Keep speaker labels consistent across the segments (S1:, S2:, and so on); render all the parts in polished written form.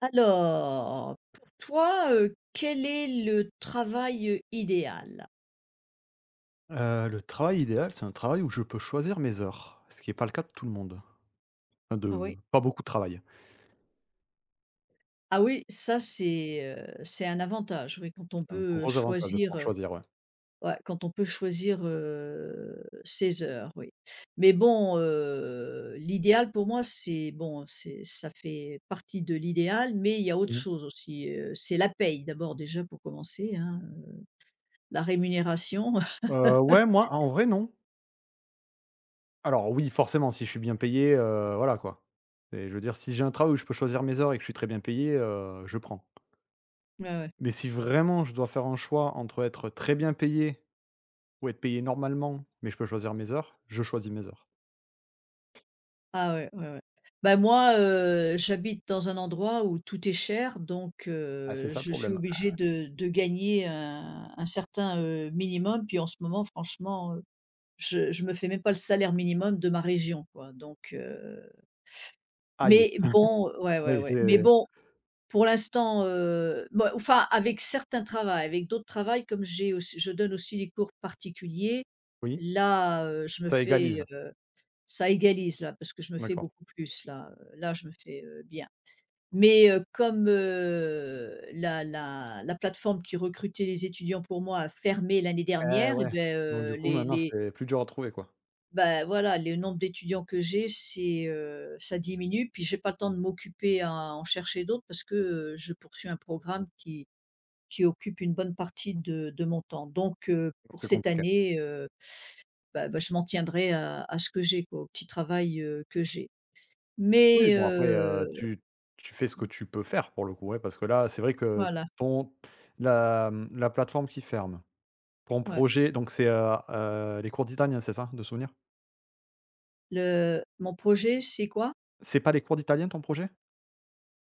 S1: Alors, pour toi, quel est le travail, idéal?
S2: Le travail idéal, c'est un travail où je peux choisir mes heures, ce qui est pas le cas de tout le monde. Enfin
S1: Ah
S2: de
S1: oui.
S2: pas beaucoup de travail.
S1: Ah oui, c'est un avantage, oui, quand on
S2: C'est un
S1: peut,
S2: gros avantage de
S1: choisir,
S2: pouvoir choisir, ouais.
S1: ouais, quand on peut choisir, ses heures, oui. Mais bon, l'idéal pour moi, c'est bon, c'est ça fait partie de l'idéal, mais il y a autre
S2: Mmh.
S1: chose aussi, c'est la paye d'abord déjà pour commencer, hein, la rémunération.
S2: Ouais, moi, en vrai, non. Alors oui, forcément, si je suis bien payé, voilà quoi. Et je veux dire, si j'ai un travail où je peux choisir mes heures et que je suis très bien payé, je prends.
S1: Ouais.
S2: Mais si vraiment je dois faire un choix entre être très bien payé ou être payé normalement, mais je peux choisir mes heures, je choisis mes heures.
S1: Ah ouais, ouais, ouais. Bah, moi, j'habite dans un endroit où tout est cher, donc
S2: Ah, c'est ça le
S1: je suis
S2: problème.
S1: obligée de gagner un certain, minimum. Puis en ce moment, franchement, je me fais même pas le salaire minimum de ma région, quoi, donc
S2: Aïe!
S1: mais bon ouais, ouais,
S2: Oui,
S1: ouais, mais
S2: c'est
S1: bon, pour l'instant, bah, enfin, avec certains travails, avec d'autres travails, comme j'ai aussi je donne aussi des cours particuliers,
S2: oui,
S1: là, je me
S2: ça
S1: fais,
S2: égalise.
S1: ça égalise là, parce que je me fais
S2: D'accord.
S1: beaucoup plus là, là je me fais, bien. Mais, comme, la plateforme qui recrutait les étudiants pour moi a fermé l'année
S2: Eh
S1: dernière et
S2: ouais,
S1: ben
S2: donc du coup maintenant
S1: les
S2: c'est plus dur à trouver quoi?
S1: ben voilà, le nombre d'étudiants que j'ai c'est, ça diminue puis j'ai pas le temps de m'occuper à en chercher d'autres parce que, je poursuis un programme qui occupe une bonne partie de mon temps. Donc,
S2: Donc,
S1: pour
S2: c'est
S1: cette
S2: compliqué.
S1: année, bah, je m'en tiendrai à ce que j'ai quoi, au petit travail, que j'ai.
S2: Oui,
S1: Mais
S2: bon après, tu fais ce que tu peux faire pour le coup, ouais, parce que là, c'est vrai que
S1: voilà,
S2: ton la plateforme qui ferme, ton
S1: ouais.
S2: projet donc c'est, les cours d'italien, c'est ça, de souvenir?
S1: Le Mon projet, c'est quoi?
S2: C'est pas les cours d'italien ton projet?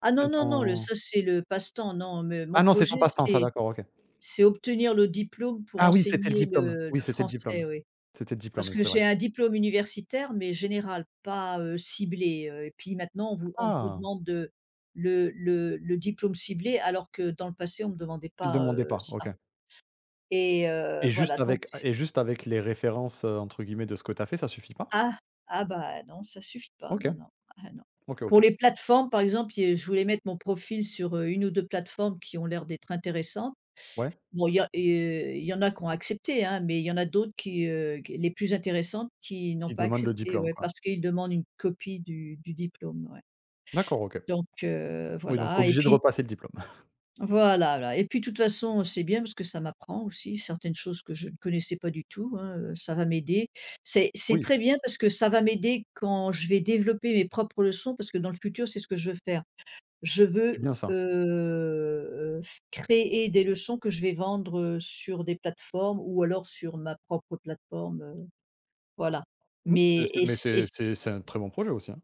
S1: Ah
S2: Enfin
S1: non, non, non, le
S2: ton
S1: ça, c'est le passe-temps, non, mais
S2: ah
S1: mon
S2: non, c'est ton
S1: projet,
S2: passe-temps ça,
S1: c'est
S2: d'accord, OK.
S1: c'est obtenir le diplôme pour
S2: Ah oui, c'était le
S1: enseigner
S2: diplôme,
S1: le
S2: oui,
S1: le
S2: c'était le diplôme.
S1: français, oui.
S2: C'était le
S1: Parce
S2: diplôme,
S1: que
S2: c'est vrai.
S1: j'ai un diplôme universitaire, mais général, pas, ciblé, et puis maintenant on vous
S2: Ah!
S1: demande, le diplôme ciblé alors que dans le passé on ne me demandait
S2: Il
S1: pas,
S2: demandait pas, OK.
S1: ça et
S2: et juste
S1: voilà donc.
S2: avec et juste avec les références, entre guillemets «de ce que tu as fait», ça suffit pas?
S1: Ah, ah bah non, ça suffit pas,
S2: OK,
S1: non, non, ah non.
S2: OK,
S1: Pour
S2: OK.
S1: les plateformes, par exemple, il y a je voulais mettre mon profil sur, 1 ou 2 plateformes qui ont l'air d'être intéressantes.
S2: Ouais,
S1: Bon, il y en a qui ont accepté, hein, mais il y en a d'autres qui, les plus intéressantes qui n'ont
S2: ils
S1: pas
S2: demandent le
S1: accepté,
S2: diplôme,
S1: ouais,
S2: quoi.
S1: parce qu'ils demandent une copie du diplôme, ouais.
S2: D'accord, OK.
S1: Donc
S2: Oui, donc obligé de repasser le diplôme.
S1: voilà et puis de toute façon, c'est bien parce que ça m'apprend aussi certaines choses que je ne connaissais pas du tout, hein, ça va m'aider. C'est
S2: Oui,
S1: très bien parce que ça va m'aider quand je vais développer mes propres leçons parce que dans le futur, c'est ce que je veux faire. Je
S2: c'est
S1: veux,
S2: bien ça.
S1: heu f créer des leçons que je vais vendre, sur des plateformes ou alors sur ma propre plateforme, voilà.
S2: Mmh,
S1: Mais
S2: c'est mais
S1: et c
S2: c'est un très bon projet aussi, hein?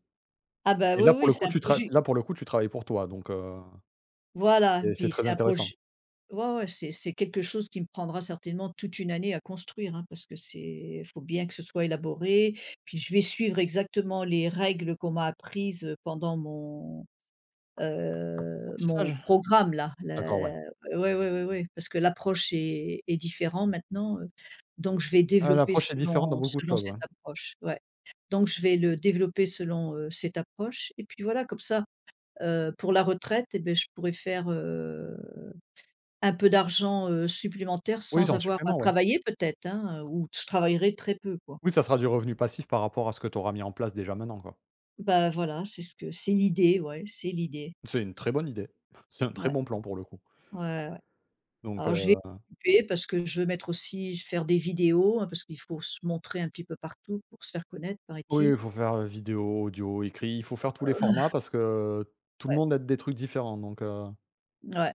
S1: Ah bah, oui, oui, c'est un projet
S2: Là, pour le coup, tu travailles pour toi, donc
S1: voilà,
S2: et c'est
S1: puis
S2: très
S1: c'est un
S2: intéressant.
S1: projet. Ouais, ouais, c'est quelque chose qui me prendra certainement toute une année à construire, hein, parce que c'est faut bien que ce soit élaboré. Puis je vais suivre exactement les règles qu'on m'a apprises pendant mon
S2: Apprentissage?
S1: programme là.
S2: D'accord, ouais.
S1: Ouais, ouais, ouais, ouais, parce que l'approche est différente maintenant, donc je vais
S2: Ah,
S1: développer
S2: l'approche est différente dans
S1: selon
S2: beaucoup de
S1: selon
S2: choses, ouais.
S1: cette approche, ouais. Donc je vais le développer selon, cette approche et puis voilà comme ça, pour la retraite et ben je pourrais faire, un peu d'argent, supplémentaire
S2: Oui, c'est
S1: sans
S2: en
S1: avoir à
S2: supplément, ouais.
S1: travailler peut-être, hein, ou je travaillerai très peu, quoi.
S2: Oui, ça sera du revenu passif par rapport à ce que tu auras mis en place déjà maintenant, quoi.
S1: Bah, voilà, c'est ce que c'est l'idée.
S2: C'est une très bonne idée. C'est un très
S1: Ouais,
S2: bon plan pour le coup.
S1: ouais, ouais, ouais.
S2: Donc
S1: Alors je vais
S2: heu,
S1: m'occuper parce que je veux mettre aussi faire des vidéos, hein, parce qu'il faut se montrer un petit peu partout pour se faire connaître,
S2: oui, il
S1: paraît-il.
S2: faut faire, vidéo, audio, écrit, il faut faire tous les formats parce que tout le
S1: Ouais,
S2: monde a des trucs différents, donc.
S1: ouais,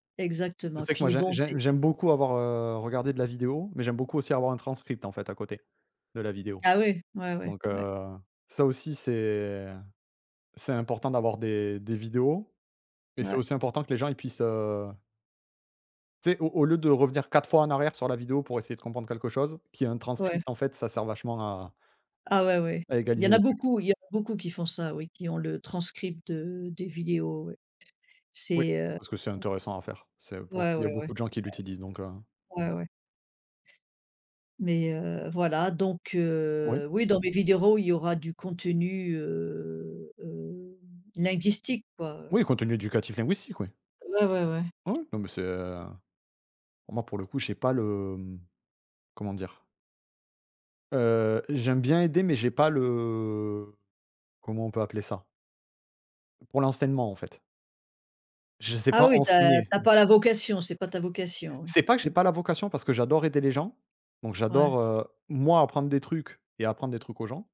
S2: Je
S1: exactement.
S2: sais que moi,
S1: Puis bon, c'est
S2: j'aime beaucoup avoir, regardé de la vidéo, mais j'aime beaucoup aussi avoir un transcript, en fait, à côté de la vidéo.
S1: ah ouais, ouais, ouais,
S2: Donc
S1: ouais,
S2: heu, ça aussi, c'est important d'avoir des vidéos et c'est
S1: ouais,
S2: aussi important que les gens, ils puissent, tu sais, au lieu de revenir 4 fois en arrière sur la vidéo pour essayer de comprendre quelque chose, qu'il y ait un
S1: ouais.
S2: transcript, en fait, ça sert vachement à
S1: Ah ouais, ouais.
S2: à
S1: Il y
S2: égaliser
S1: en a
S2: les trucs.
S1: beaucoup, il y en a beaucoup qui font ça, oui, qui ont le transcript de des vidéos, ouais.
S2: Oui,
S1: C'est,
S2: parce que c'est intéressant à faire. C'est pour le coup,
S1: ouais,
S2: il y a
S1: ouais, ouais,
S2: beaucoup de gens qui l'utilisent donc
S1: ouais, ouais. Mais voilà donc
S2: oui.
S1: oui dans mes vidéos, il y aura du contenu, linguistique quoi.
S2: Oui, contenu éducatif linguistique, oui.
S1: Ouais, ouais, ouais.
S2: Oui, oui, non mais c'est, moi, pour le coup, je sais pas le, comment dire? J'aime bien aider, mais j'ai pas le comment on peut appeler ça? Pour l'enseignement, en fait. Je sais pas
S1: Ah oui, t'as
S2: enseigner.
S1: t'as pas la vocation, c'est pas ta vocation, oui.
S2: C'est pas que j'ai pas la vocation parce que j'adore aider les gens, donc
S1: Ouais,
S2: j'adore, moi apprendre des trucs et apprendre des trucs aux gens,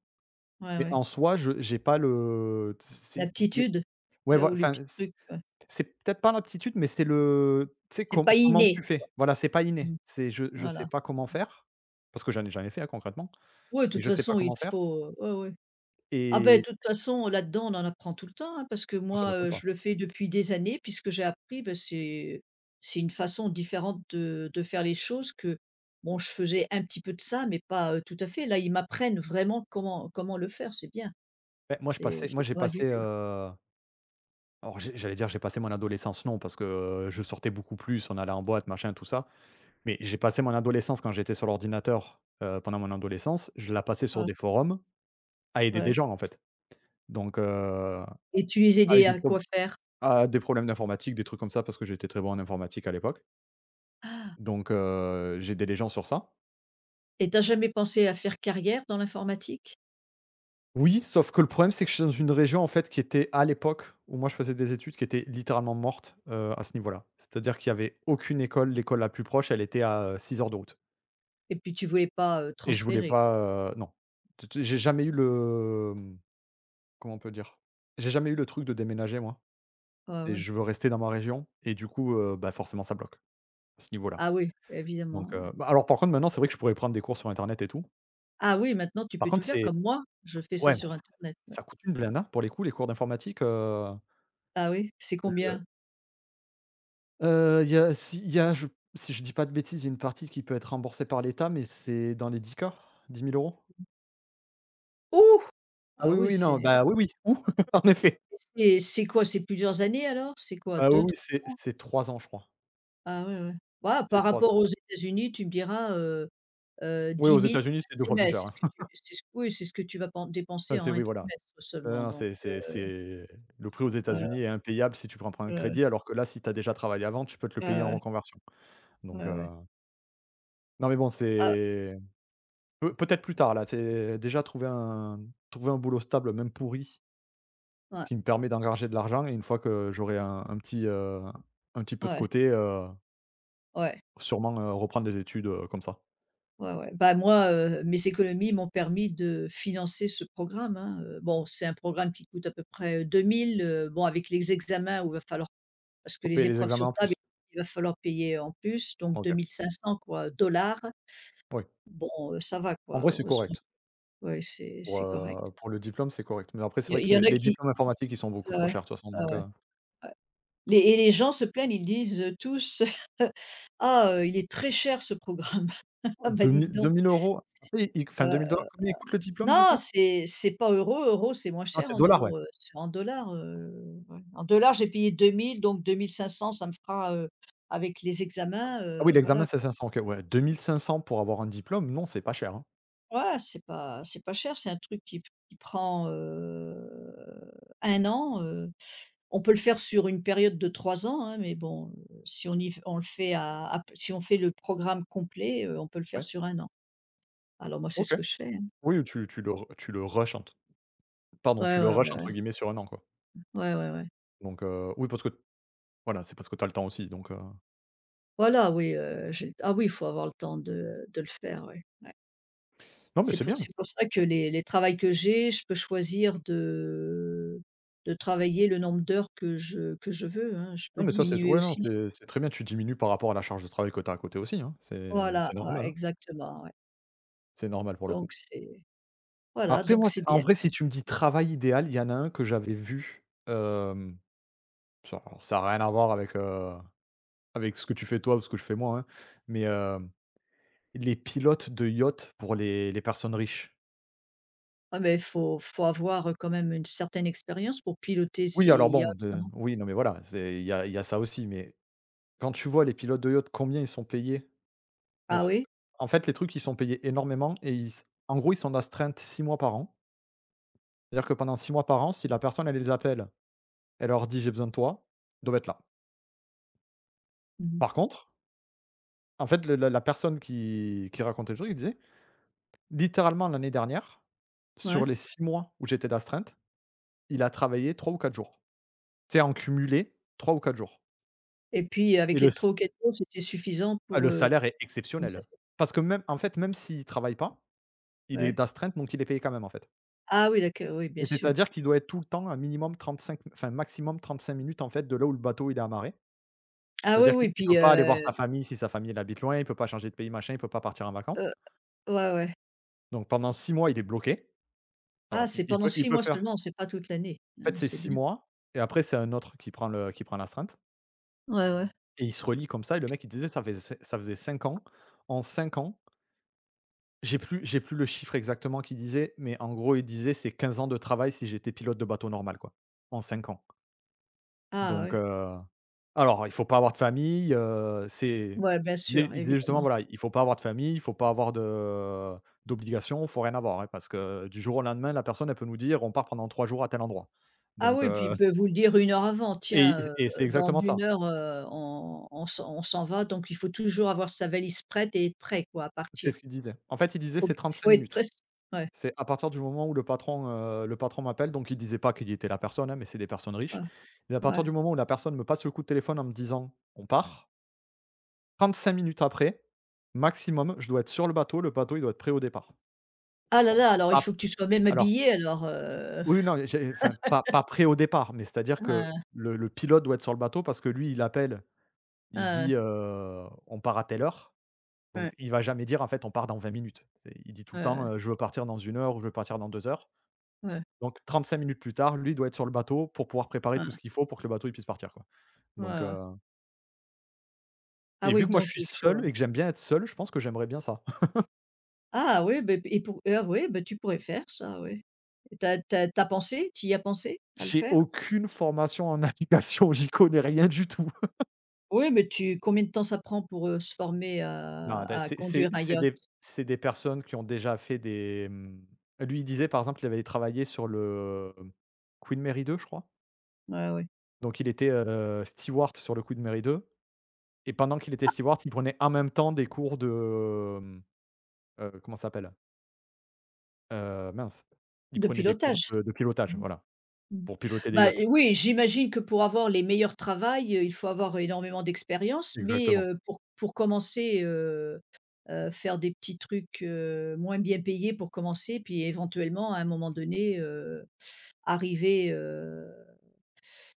S1: ouais,
S2: mais
S1: ouais.
S2: en soi, je j'ai pas le c'est i
S1: L'aptitude,
S2: ouais,
S1: là
S2: voi
S1: où les
S2: enfin,
S1: petits trucs, ouais.
S2: c'est peut-être pas l'aptitude, mais c'est le tu sais,
S1: C'est
S2: com
S1: pas
S2: comment
S1: inné.
S2: tu fais? Voilà, c'est pas inné.
S1: Mmh,
S2: C'est je sais
S1: voilà.
S2: pas comment faire, parce que j'en ai jamais fait, hein, concrètement,
S1: Ouais, de
S2: et
S1: toute
S2: je sais pas
S1: façon il
S2: comment faire
S1: faut, ouais, ouais. Ah ben de
S2: et
S1: toute façon, là-dedans, on en apprend tout le temps, hein, parce que
S2: moi, ça
S1: moi,
S2: m'étonne pas.
S1: je le fais depuis des années puisque j'ai appris, ben c'est une façon différente de faire les choses que, bon, je faisais un petit peu de ça, mais pas, tout à fait. Là, ils m'apprennent vraiment comment le faire, c'est bien,
S2: Beh, moi, je
S1: c'est
S2: passais moi,
S1: c'est
S2: j'ai
S1: pas mal
S2: passé,
S1: du tout.
S2: alors j'allais dire j'ai passé mon adolescence, non, parce que, je sortais beaucoup plus, on allait en boîte, machin, tout ça. Mais j'ai passé mon adolescence quand j'étais sur l'ordinateur, pendant mon adolescence, je la passais sur
S1: Ouais,
S2: des forums à aider des
S1: ouais,
S2: gens, en fait. Donc,
S1: et tu les aidais
S2: avec des
S1: à quoi
S2: probl
S1: faire?
S2: à des problèmes d'informatique, des trucs comme ça, parce que j'étais très bon en informatique à l'époque.
S1: Ah,
S2: Donc, j'aidais les gens sur ça.
S1: et t'as jamais pensé à faire carrière dans l'informatique?
S2: Oui, sauf que le problème, c'est que je suis dans une région, en fait, qui était à l'époque où moi je faisais des études, qui était littéralement morte, à ce niveau-là. C'est-à-dire qu'il y avait aucune école, l'école la plus proche, elle était à, 6 heures de route.
S1: Et puis tu voulais pas,
S2: Et je voulais
S1: transférer, quoi?
S2: pas, non. Tu tu J'ai jamais eu le, comment on peut dire? J'ai jamais eu le truc de déménager moi
S1: Ouais,
S2: et
S1: ouais.
S2: je veux rester dans ma région et du coup, bah, forcément ça bloque, à ce niveau-là.
S1: Ah oui,
S2: Donc
S1: évidemment, ouais.
S2: heu, bah, alors par contre maintenant c'est vrai que je pourrais prendre des cours sur internet et tout.
S1: Ah oui, maintenant tu
S2: Par
S1: peux tout
S2: contre
S1: faire
S2: c'est
S1: comme moi, je fais ça
S2: ouais, mais
S1: sur
S2: ça
S1: internet.
S2: ça coûte une blinde, hein, pour les coups, les cours d'informatique,
S1: Ah oui? C'est
S2: le
S1: combien?
S2: il y a si il y a je si je dis pas de bêtises, il y a une partie qui peut être remboursée par l'État, mais c'est dans les 10 cas. 10 000 euros.
S1: Ouh!
S2: Ah
S1: Ah
S2: oui,
S1: oui,
S2: oui, non,
S1: c'est
S2: bah, oui, oui, ou en effet.
S1: c'est quoi? C'est plusieurs années alors? C'est quoi?
S2: Ah oui,
S1: Deux,
S2: oui, c'est
S1: trois ans?
S2: c'est 3 ans je crois.
S1: Ah ouais, ouais. Bah,
S2: C'est
S1: par
S2: 3. Ans.
S1: rapport aux États-Unis, tu me diras,
S2: Oui,
S1: 10
S2: aux
S1: 000
S2: États-Unis,
S1: un
S2: c'est 2 fois plus
S1: trimestre.
S2: cher, hein.
S1: C'est ce que tu c'est ce Oui, c'est ce que tu vas pen dépenser en
S2: c'est
S1: un
S2: oui, voilà.
S1: trimestre
S2: Non,
S1: seulement
S2: non,
S1: donc
S2: c'est c'est c'est le prix aux États-Unis
S1: ouais,
S2: est impayable si tu prends pas un
S1: ouais,
S2: crédit, alors que là, si tu as déjà travaillé avant, tu peux te le payer en
S1: ouais,
S2: reconversion.
S1: ouais,
S2: Donc
S1: ouais, ouais.
S2: heu, non, mais bon,
S1: Ah
S2: c'est peut-être plus tard, là, tu déjà trouver un boulot stable, même pourri,
S1: ouais,
S2: qui me permet d'engager de l'argent et une fois que j'aurai un petit peu de
S1: ouais,
S2: côté,
S1: ouais,
S2: sûrement, reprendre des études, comme ça.
S1: ouais, ouais. Bah, moi, mes économies m'ont permis de financer ce programme, hein, bon, c'est un programme qui coûte à peu près, deux mille 000, bon avec les examens où il va falloir. Parce que
S2: Faut
S1: les
S2: payer les
S1: épreuves
S2: examens
S1: sur
S2: en
S1: table,
S2: plus.
S1: il va falloir payer en plus, donc
S2: OK,
S1: 2 500, quoi, dollars.
S2: oui.
S1: Bon, ça va
S2: En
S1: quoi,
S2: vrai, c'est
S1: heureusement.
S2: correct.
S1: Ouais, c'est
S2: Pour,
S1: c'est correct.
S2: heu, pour le diplôme, c'est correct. Mais après, c'est vrai
S1: Il
S2: que
S1: y en
S2: les
S1: a
S2: les
S1: qui
S2: diplômes informatiques, ils sont beaucoup
S1: Ouais,
S2: trop chers de toute façon,
S1: ouais,
S2: donc
S1: ouais, ouais. Les gens se plaignent, ils disent, tous: «Ah, il est très cher ce programme». Ah bah,
S2: 2
S1: dites
S2: 000-2
S1: donc.
S2: 000 €? Après, ils enfin 2 000
S1: Heu,
S2: combien il coûte le diplôme du
S1: non,
S2: coup?
S1: c'est pas euros, euros, c'est moins
S2: Ah,
S1: cher
S2: c'est
S1: en
S2: dollars, ouais.
S1: euros, c'est en dollars, ouais. En dollars, j'ai payé 2 000, donc 2 500 ça me fera, avec les examens,
S2: Ah oui, l'examen,
S1: voilà.
S2: c'est 500, OK, ouais, 2 500 pour avoir un diplôme, non, c'est pas cher, hein.
S1: Voilà, c'est pas cher, c'est un truc qui prend, 1 an, on peut le faire sur une période de 3 ans, hein, mais bon, si on y on le fait à si on fait le programme complet, on peut le faire
S2: Ouais,
S1: sur 1 an. Alors moi, c'est
S2: OK.
S1: ce que je fais, hein.
S2: Oui, tu le tu
S1: Ouais,
S2: le
S1: ouais,
S2: «rush»
S1: ouais,
S2: entre guillemets sur un an, quoi.
S1: ouais, ouais, ouais.
S2: Donc, oui, parce que voilà, c'est parce que tu as le temps aussi, donc
S1: Voilà, oui, j'ai le ah oui, il faut avoir le temps de le faire, ouais.
S2: non, mais
S1: C'est
S2: c'est
S1: pour
S2: bien.
S1: c'est pour ça que les travails que j'ai, je peux choisir de travailler le nombre d'heures que je veux, hein, je
S2: Non,
S1: peux
S2: mais ça, c'est
S1: diminuer
S2: ouais, non,
S1: aussi.
S2: c'est très bien, tu diminues par rapport à la charge de travail que tu as à côté aussi, hein. C'est
S1: Voilà,
S2: normal,
S1: ouais,
S2: hein.
S1: exactement, ouais.
S2: C'est normal pour le coup.
S1: Donc c'est Voilà,
S2: Après
S1: donc
S2: moi, c'est
S1: c'est
S2: en
S1: bien,
S2: vrai,
S1: quoi.
S2: si tu me dis travail idéal, il y en a un que j'avais vu, ça alors a rien à voir avec, avec ce que tu fais toi ou ce que je fais moi, hein, mais, les pilotes de yacht pour les personnes riches.
S1: Ah mais faut avoir, quand même une certaine expérience pour piloter
S2: Oui,
S1: ces
S2: alors
S1: yachts,
S2: bon, de
S1: non?
S2: oui, non, mais voilà, c'est il y a ça aussi, mais quand tu vois les pilotes de yacht, combien ils sont payés
S1: Ah
S2: pour
S1: oui?
S2: en fait, les trucs, ils sont payés énormément et ils en gros, ils sont d'astreinte 6 mois par an. C'est-à-dire que pendant 6 mois par an, si la personne, elle les appelle, elle leur dit: «J'ai besoin de toi», ils doivent être là.
S1: Mmh.
S2: Par contre En fait, le la la personne qui racontait le truc, il disait: «Littéralement l'année dernière, sur
S1: Ouais.
S2: les 6 mois où j'étais d'astreinte, il a travaillé 3 ou 4 jours». C'est en cumulé 3 ou 4 jours
S1: Et puis
S2: et
S1: avec
S2: le
S1: les
S2: s
S1: 3 ou 4 jours, c'était suffisant
S2: ah,
S1: pour,
S2: le salaire est exceptionnel. Parce que même en fait, même s'il travaille pas, il est
S1: ouais.
S2: d'astreinte, donc il est payé quand même, en fait
S1: Ah oui, d'accord, oui.
S2: et
S1: Bien sûr.
S2: c'est-à-dire qu'il doit être tout le temps un minimum 35, enfin maximum 35 minutes, en fait, de là où le bateau il est amarré.
S1: Ah oui,
S2: C'est-à-dire qu'il
S1: oui,
S2: il peut
S1: puis,
S2: pas aller voir sa famille si sa famille elle habite loin, il peut pas changer de pays, machin, il peut pas partir en vacances.
S1: heu, ouais, ouais.
S2: Donc pendant 6 mois, il est bloqué. Alors
S1: Ah, c'est pendant
S2: il
S1: 6
S2: peut
S1: mois
S2: faire
S1: seulement, c'est pas toute l'année.
S2: en
S1: Hein,
S2: fait, c'est
S1: c'est
S2: 6
S1: bien.
S2: mois et après c'est un autre qui prend le qui prend l'astreinte
S1: Ouais, ouais.
S2: et il se relie comme ça et le mec il disait ça faisait 5 ans. En 5 ans, j'ai plus le chiffre exactement qu'il disait, mais en gros il disait c'est 15 ans de travail si j'étais pilote de bateau normal quoi, en 5 ans.
S1: Ah
S2: Donc
S1: ouais.
S2: heu, alors il faut pas avoir de famille, c'est
S1: Ouais, bien
S2: il disait
S1: sûr,
S2: il disait justement
S1: évidemment.
S2: voilà, il faut pas avoir de famille, il faut pas avoir de d'obligations, faut rien avoir, hein, parce que du jour au lendemain la personne elle peut nous dire: «On part pendant 3 jours à tel endroit».
S1: Ah
S2: Donc
S1: oui, puis
S2: heu
S1: il peut vous le dire une heure avant:
S2: et
S1: «Tiens,
S2: et c'est
S1: dans
S2: exactement ça.
S1: une heure, on s'en va», donc il faut toujours avoir sa valise prête et être prêt, quoi, à
S2: C'est
S1: partir.
S2: ce qu'il disait. En fait, il disait:
S1: Faut
S2: «C'est 35
S1: faut être prêt.
S2: minutes».
S1: Ouais,
S2: C'est à partir du moment où le patron m'appelle, donc il disait pas qu'il était la personne, hein, mais c'est des personnes riches.
S1: ouais,
S2: Il à partir
S1: ouais.
S2: du moment où la personne me passe le coup de téléphone en me disant: «On part», 35 minutes après, maximum, je dois être sur le bateau, il doit être prêt au départ.
S1: Ah là
S2: Bon,
S1: là, alors il
S2: pas
S1: faut que tu sois même
S2: alors
S1: habillé alors,
S2: oui, non, j'ai enfin, pas prêt au départ, mais c'est-à-dire que
S1: ouais,
S2: le pilote doit être sur le bateau parce que lui, il appelle, il
S1: ouais,
S2: dit, «On part à telle heure». Donc il va jamais dire en fait on part dans 20 minutes. C'est il dit tout le temps,
S1: ouais,
S2: «Je veux partir dans une heure» ou «Je veux partir dans 2 heures».
S1: ouais,
S2: Donc 35 minutes plus tard, lui doit être sur le bateau pour pouvoir préparer tout
S1: ouais,
S2: ce qu'il faut pour que le bateau il puisse partir, quoi.
S1: ouais,
S2: Donc,
S1: ouais.
S2: heu
S1: Ah
S2: et vu
S1: oui,
S2: que moi je
S1: donc
S2: suis
S1: il faut.
S2: seul et que j'aime bien être seul, je pense que j'aimerais bien ça.
S1: Ah oui, ben et pour oui, ben tu pourrais faire ça, oui. Et t'as as tu pensé? Tu y as pensé à le
S2: J'ai
S1: faire?
S2: aucune formation en navigation, j'y connais rien du tout.
S1: Oui, mais tu combien de temps ça prend pour, se former à
S2: Non, bah,
S1: à
S2: c'est c'est
S1: conduire un
S2: c'est
S1: yacht?
S2: des c'est des personnes qui ont déjà fait des, mmh lui il disait par exemple il avait travaillé sur le Queen Mary 2, je crois.
S1: Ouais, ouais.
S2: Donc il était, steward sur le Queen Mary 2. Et pendant qu'il était steward, il prenait en même temps des cours de, hem, comment ça s'appelle? Mince, il
S1: De
S2: prenait des cours
S1: pilotage?
S2: de pilotage,
S1: Mmh mh.
S2: voilà, pour piloter des
S1: Bah,
S2: yachts.
S1: oui, j'imagine que pour avoir les meilleurs travails, il faut avoir énormément d'expérience, mais
S2: Exactement.
S1: pour commencer, faire des petits trucs, moins bien payés pour commencer, puis éventuellement à un moment donné, arriver,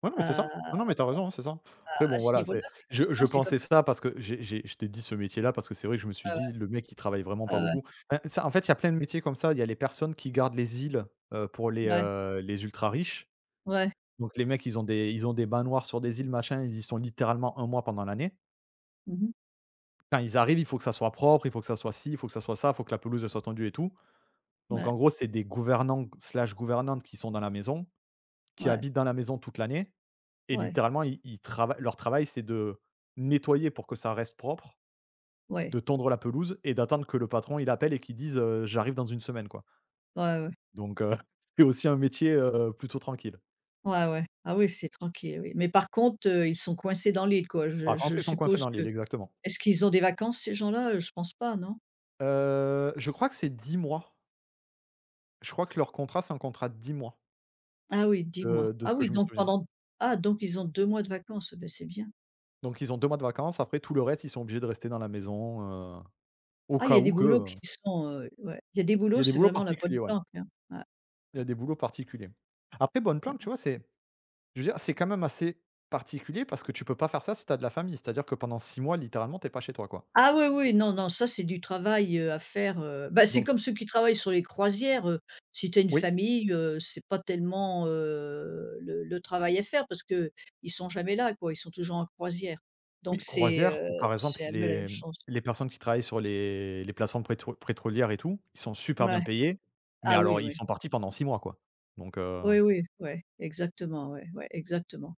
S2: Ouais, non, mais c'est ça.
S1: à
S2: Non, non, mais t'as raison, hein, c'est ça. Après
S1: à
S2: bon,
S1: ce
S2: voilà,
S1: niveau-là,
S2: c'est
S1: c'est comme
S2: je
S1: ça, c'est comme
S2: pensais ça parce que j'ai je t'ai dit ce métier-là parce que c'est vrai que je me suis
S1: ouais, ouais,
S2: dit: «Le mec, il travaille vraiment pas
S1: ah ouais,
S2: beaucoup». Bah, ça, en fait, il y a plein de métiers comme ça. Il y a les personnes qui gardent les îles, pour
S1: ouais,
S2: les ultra riches.
S1: ouais,
S2: Donc les mecs, ils ont des manoirs sur des îles, machin, ils y sont littéralement 1 mois pendant l'année.
S1: mmh
S2: Quand ils arrivent, il faut que ça soit propre, il faut que ça soit ci, il faut que ça soit ça, il faut que la pelouse elle soit tendue et tout. Donc
S1: ouais,
S2: en gros, c'est des gouvernants slash gouvernantes qui sont dans la maison, qui
S1: ouais,
S2: habitent dans la maison toute l'année et
S1: ouais,
S2: littéralement, ils ils trava leur travail, c'est de nettoyer pour que ça reste propre,
S1: ouais,
S2: de tondre la pelouse et d'attendre que le patron, il appelle et qu'il dise, «J'arrive dans une semaine», quoi.
S1: ouais, ouais,
S2: Donc heu, c'est aussi un métier, plutôt tranquille.
S1: ouais, ouais. Ah oui, c'est tranquille, oui. Mais par contre, ils sont coincés dans l'île, quoi.
S2: Par
S1: Je
S2: contre,
S1: je
S2: ils sont coincés
S1: suppose
S2: dans
S1: que,
S2: l'île, exactement.
S1: est-ce qu'ils ont des vacances ces gens-là? Je pense pas, non?
S2: Je crois que c'est 10 mois. Je crois que leur contrat, c'est un contrat de 10 mois,
S1: Ah oui, dis-moi.
S2: de ce
S1: Ah
S2: que
S1: oui,
S2: je me
S1: donc
S2: souviens.
S1: pendant ah donc ils ont 2 mois de vacances, ah ben c'est bien.
S2: Donc ils ont 2 mois de vacances, après tout le reste, ils sont obligés de rester dans la maison, au
S1: Ah, il y
S2: cas
S1: a
S2: où
S1: des
S2: que,
S1: boulots qui sont, ouais, il y a des
S2: il y
S1: boulots,
S2: a des
S1: c'est
S2: boulots
S1: vraiment la bonne
S2: particuliers, ouais.
S1: planque, hein. Ouais,
S2: Il y a des boulots particuliers. Après bonne
S1: ouais,
S2: planque,
S1: ouais.
S2: tu vois, c'est je veux dire, c'est quand même assez particulier parce que tu peux pas faire ça si tu as de la famille. C'est-à-dire que pendant 6 mois, littéralement, t'es pas chez toi, quoi.
S1: Ah oui, oui, non, non, ça c'est du travail, à faire, bah, c'est
S2: Donc
S1: comme ceux qui travaillent sur les croisières, si tu as une
S2: oui,
S1: famille, c'est pas tellement, le travail à faire parce que ils sont jamais là quoi, ils sont toujours en croisière.
S2: oui,
S1: Donc
S2: croisière ou par exemple
S1: c'est un peu la même
S2: les, mmh,
S1: chose.
S2: les personnes qui travaillent sur les plateformes pétro pétrolières et tout, ils sont super bien
S1: Ouais.
S2: payés, mais
S1: Ah
S2: alors
S1: oui,
S2: ils
S1: oui.
S2: sont partis pendant 6 mois, quoi. Donc.
S1: Oui, oui, ouais, exactement, ouais, ouais, exactement.